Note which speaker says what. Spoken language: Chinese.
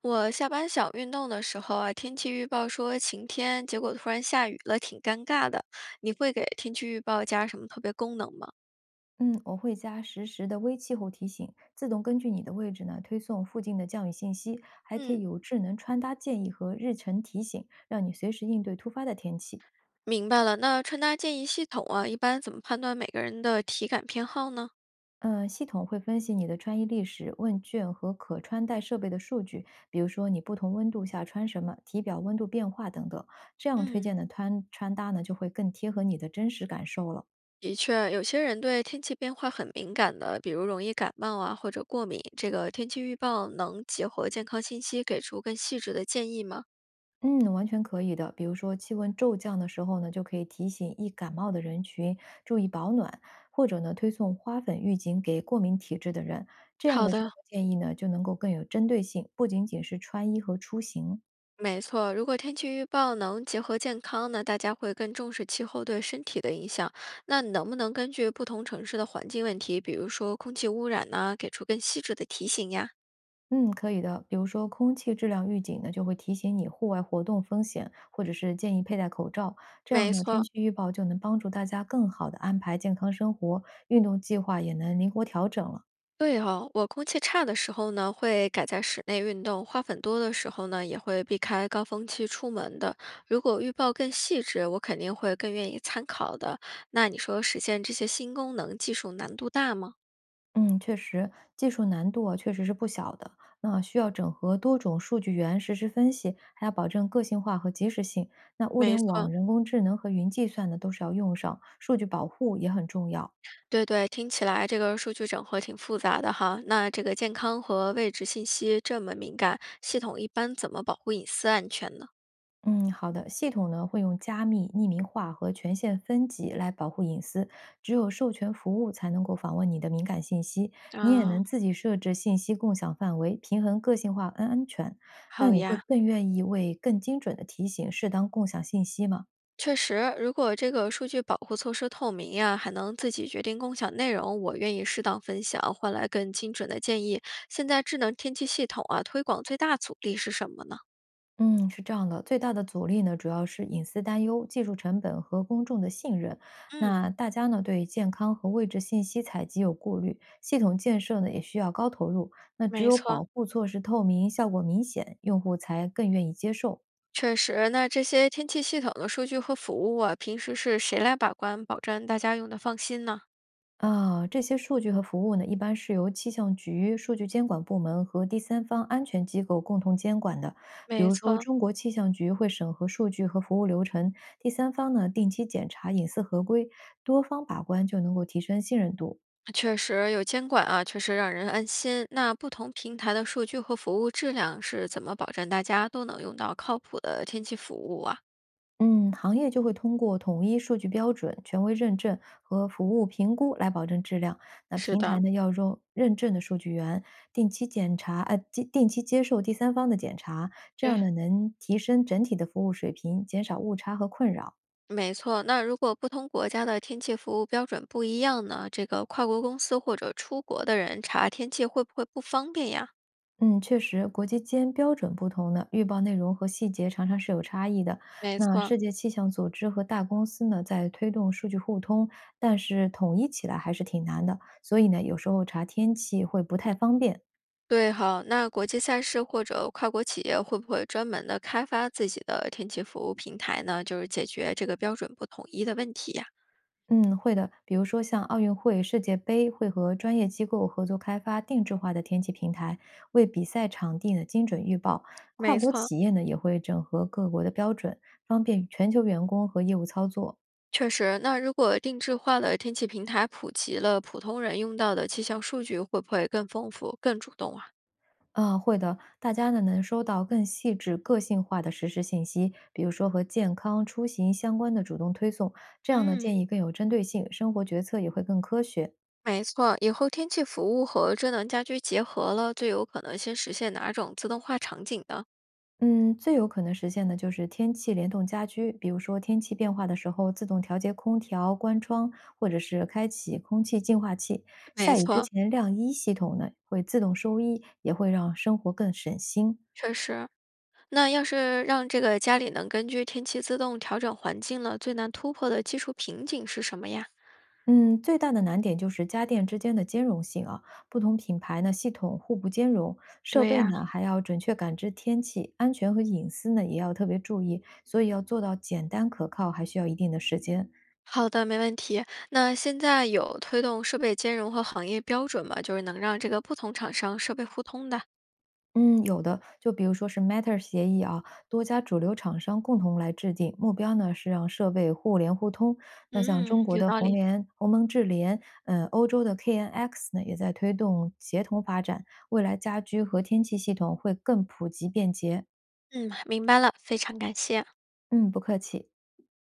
Speaker 1: 我下班想运动的时候啊，天气预报说晴天，结果突然下雨了，挺尴尬的。你会给天气预报加什么特别功能吗？
Speaker 2: 嗯，我会加实时的微气候提醒，自动根据你的位置呢推送附近的降雨信息，还可以
Speaker 1: 嗯，
Speaker 2: 有智能穿搭建议和日程提醒，让你随时应对突发的天气。
Speaker 1: 明白了，那穿搭建议系统啊，一般怎么判断每个人的体感偏好呢？
Speaker 2: 嗯，系统会分析你的穿衣历史、问卷和可穿戴设备的数据，比如说你不同温度下穿什么、体表温度变化等等，这样推
Speaker 1: 嗯，
Speaker 2: 荐的穿搭呢就会更贴合你的真实感受了。
Speaker 1: 的确，有些人对天气变化很敏感的，比如容易感冒啊或者过敏。这个天气预报能结合健康信息给出更细致的建议吗？
Speaker 2: 嗯，完全可以的。比如说气温骤降的时候呢，就可以提醒易感冒的人群注意保暖，或者呢推送花粉预警给过敏体质的人。这样
Speaker 1: 好
Speaker 2: 的生
Speaker 1: 的，
Speaker 2: 活建议呢，就能够更有针对性，不仅仅是穿衣和出行。
Speaker 1: 没错，如果天气预报能结合健康呢，大家会更重视气候对身体的影响。那能不能根据不同城市的环境问题，比如说空气污染呢，给出更细致的提醒呀？
Speaker 2: 嗯，可以的。比如说空气质量预警呢，就会提醒你户外活动风险，或者是建议佩戴口罩。这样
Speaker 1: 没
Speaker 2: 呢，天
Speaker 1: 错，
Speaker 2: 气预报就能帮助大家更好的安排健康生活，运动计划也能灵活调整了。
Speaker 1: 对哦，我空气差的时候呢，会改在室内运动；花粉多的时候呢，也会避开高峰期出门的。如果预报更细致，我肯定会更愿意参考的。那你说实现这些新功能，技术难度大吗？
Speaker 2: 嗯，确实，技术难度啊确实是不小的。那需要整合多种数据源实时分析，还要保证个性化和及时性。那物
Speaker 1: 没
Speaker 2: 联网、
Speaker 1: 错。
Speaker 2: 人工智能和云计算呢，都是要用上，数据保护也很重要。
Speaker 1: 对对，听起来这个数据整合挺复杂的哈。那这个健康和位置信息这么敏感，系统一般怎么保护隐私安全呢？
Speaker 2: 嗯，好的，系统呢会用加密、匿名化和权限分级来保护隐私，只有授权服务才能够访问你的敏感信息，你也
Speaker 1: 啊，
Speaker 2: 能自己设置信息共享范围，平衡个性化安全。那
Speaker 1: 好
Speaker 2: 你会
Speaker 1: 呀，
Speaker 2: 更愿意为更精准的提醒适当共享信息吗？
Speaker 1: 确实，如果这个数据保护措施透明呀，还能自己决定共享内容，我愿意适当分享，换来更精准的建议。现在智能天气系统啊，推广最大阻力是什么呢？
Speaker 2: 嗯，是这样的，最大的阻力呢，主要是隐私担忧、技术成本和公众的信任。那
Speaker 1: 嗯，
Speaker 2: 大家呢，对健康和位置信息采集有顾虑，系统建设呢也需要高投入。那只
Speaker 1: 没
Speaker 2: 有保
Speaker 1: 错。
Speaker 2: 护措施透明、效果明显，用户才更愿意接受。
Speaker 1: 确实，那这些天气系统的数据和服务啊，平时是谁来把关，保证大家用的放心呢？
Speaker 2: 啊，这些数据和服务呢，一般是由气象局、数据监管部门和第三方安全机构共同监管的。比
Speaker 1: 没
Speaker 2: 如说，
Speaker 1: 错，
Speaker 2: 中国气象局会审核数据和服务流程，第三方呢定期检查隐私合规，多方把关就能够提升信任度。
Speaker 1: 确实有监管啊，确实让人安心。那不同平台的数据和服务质量是怎么保证大家都能用到靠谱的天气服务啊？
Speaker 2: 嗯，行业就会通过统一数据标准、权威认证和服务评估来保证质量。那
Speaker 1: 是
Speaker 2: 平台
Speaker 1: 的，
Speaker 2: 呢，要用认证的数据源，定期检查，定期接受第三方的检查，这
Speaker 1: 对，
Speaker 2: 样呢，能提升整体的服务水平，减少误差和困扰。
Speaker 1: 没错。那如果不同国家的天气服务标准不一样呢？这个跨国公司或者出国的人查天气会不会不方便呀？
Speaker 2: 嗯，确实，国际间标准不同呢，预报内容和细节常常是有差异的。
Speaker 1: 没
Speaker 2: 那世
Speaker 1: 错。
Speaker 2: 界气象组织和大公司呢，在推动数据互通，但是统一起来还是挺难的。所以呢，有时候查天气会不太方便。
Speaker 1: 对，好，那国际赛事或者跨国企业会不会专门的开发自己的天气服务平台呢？就是解决这个标准不统一的问题呀？
Speaker 2: 嗯，会的。比如说像奥运会、世界杯会和专业机构合作开发定制化的天气平台，为比赛场地呢精准预报。跨
Speaker 1: 没
Speaker 2: 国
Speaker 1: 错，
Speaker 2: 企业呢也会整合各国的标准，方便全球员工和业务操作。
Speaker 1: 确实，那如果定制化的天气平台普及了，普通人用到的气象数据会不会更丰富、更主动啊？
Speaker 2: 啊，会的，大家呢能收到更细致、个性化的实时信息，比如说和健康、出行相关的主动推送，这样呢
Speaker 1: 嗯，
Speaker 2: 建议更有针对性，生活决策也会更科学。
Speaker 1: 没错，以后天气服务和智能家居结合了，最有可能先实现哪种自动化场景呢？
Speaker 2: 嗯，最有可能实现的就是天气联动家居，比如说天气变化的时候自动调节空调、关窗，或者是开启空气净化器。
Speaker 1: 没
Speaker 2: 下雨之
Speaker 1: 错，
Speaker 2: 前晾衣系统呢会自动收衣，也会让生活更省心。
Speaker 1: 确实。那要是让这个家里能根据天气自动调整环境了，最难突破的技术瓶颈是什么呀？
Speaker 2: 嗯，最大的难点就是家电之间的兼容性啊，不同品牌呢系统互不兼容，设
Speaker 1: 对
Speaker 2: 备
Speaker 1: 呀、
Speaker 2: 呢还要准确感知天气，安全和隐私呢也要特别注意，所以要做到简单可靠，还需要一定的时间。
Speaker 1: 好的，没问题。那现在有推动设备兼容和行业标准吗？就是能让这个不同厂商设备互通的。
Speaker 2: 嗯，有的，就比如说是 Matter 协议啊，多家主流厂商共同来制定，目标呢是让设备互联互通。那像
Speaker 1: 嗯，
Speaker 2: 中国
Speaker 1: 有
Speaker 2: 的
Speaker 1: 道
Speaker 2: 红
Speaker 1: 理。
Speaker 2: 联、鸿蒙智联，欧洲的 KNX 呢，也在推动协同发展，未来家居和天气系统会更普及便捷。
Speaker 1: 嗯，明白了，非常感谢。
Speaker 2: 嗯，不客气。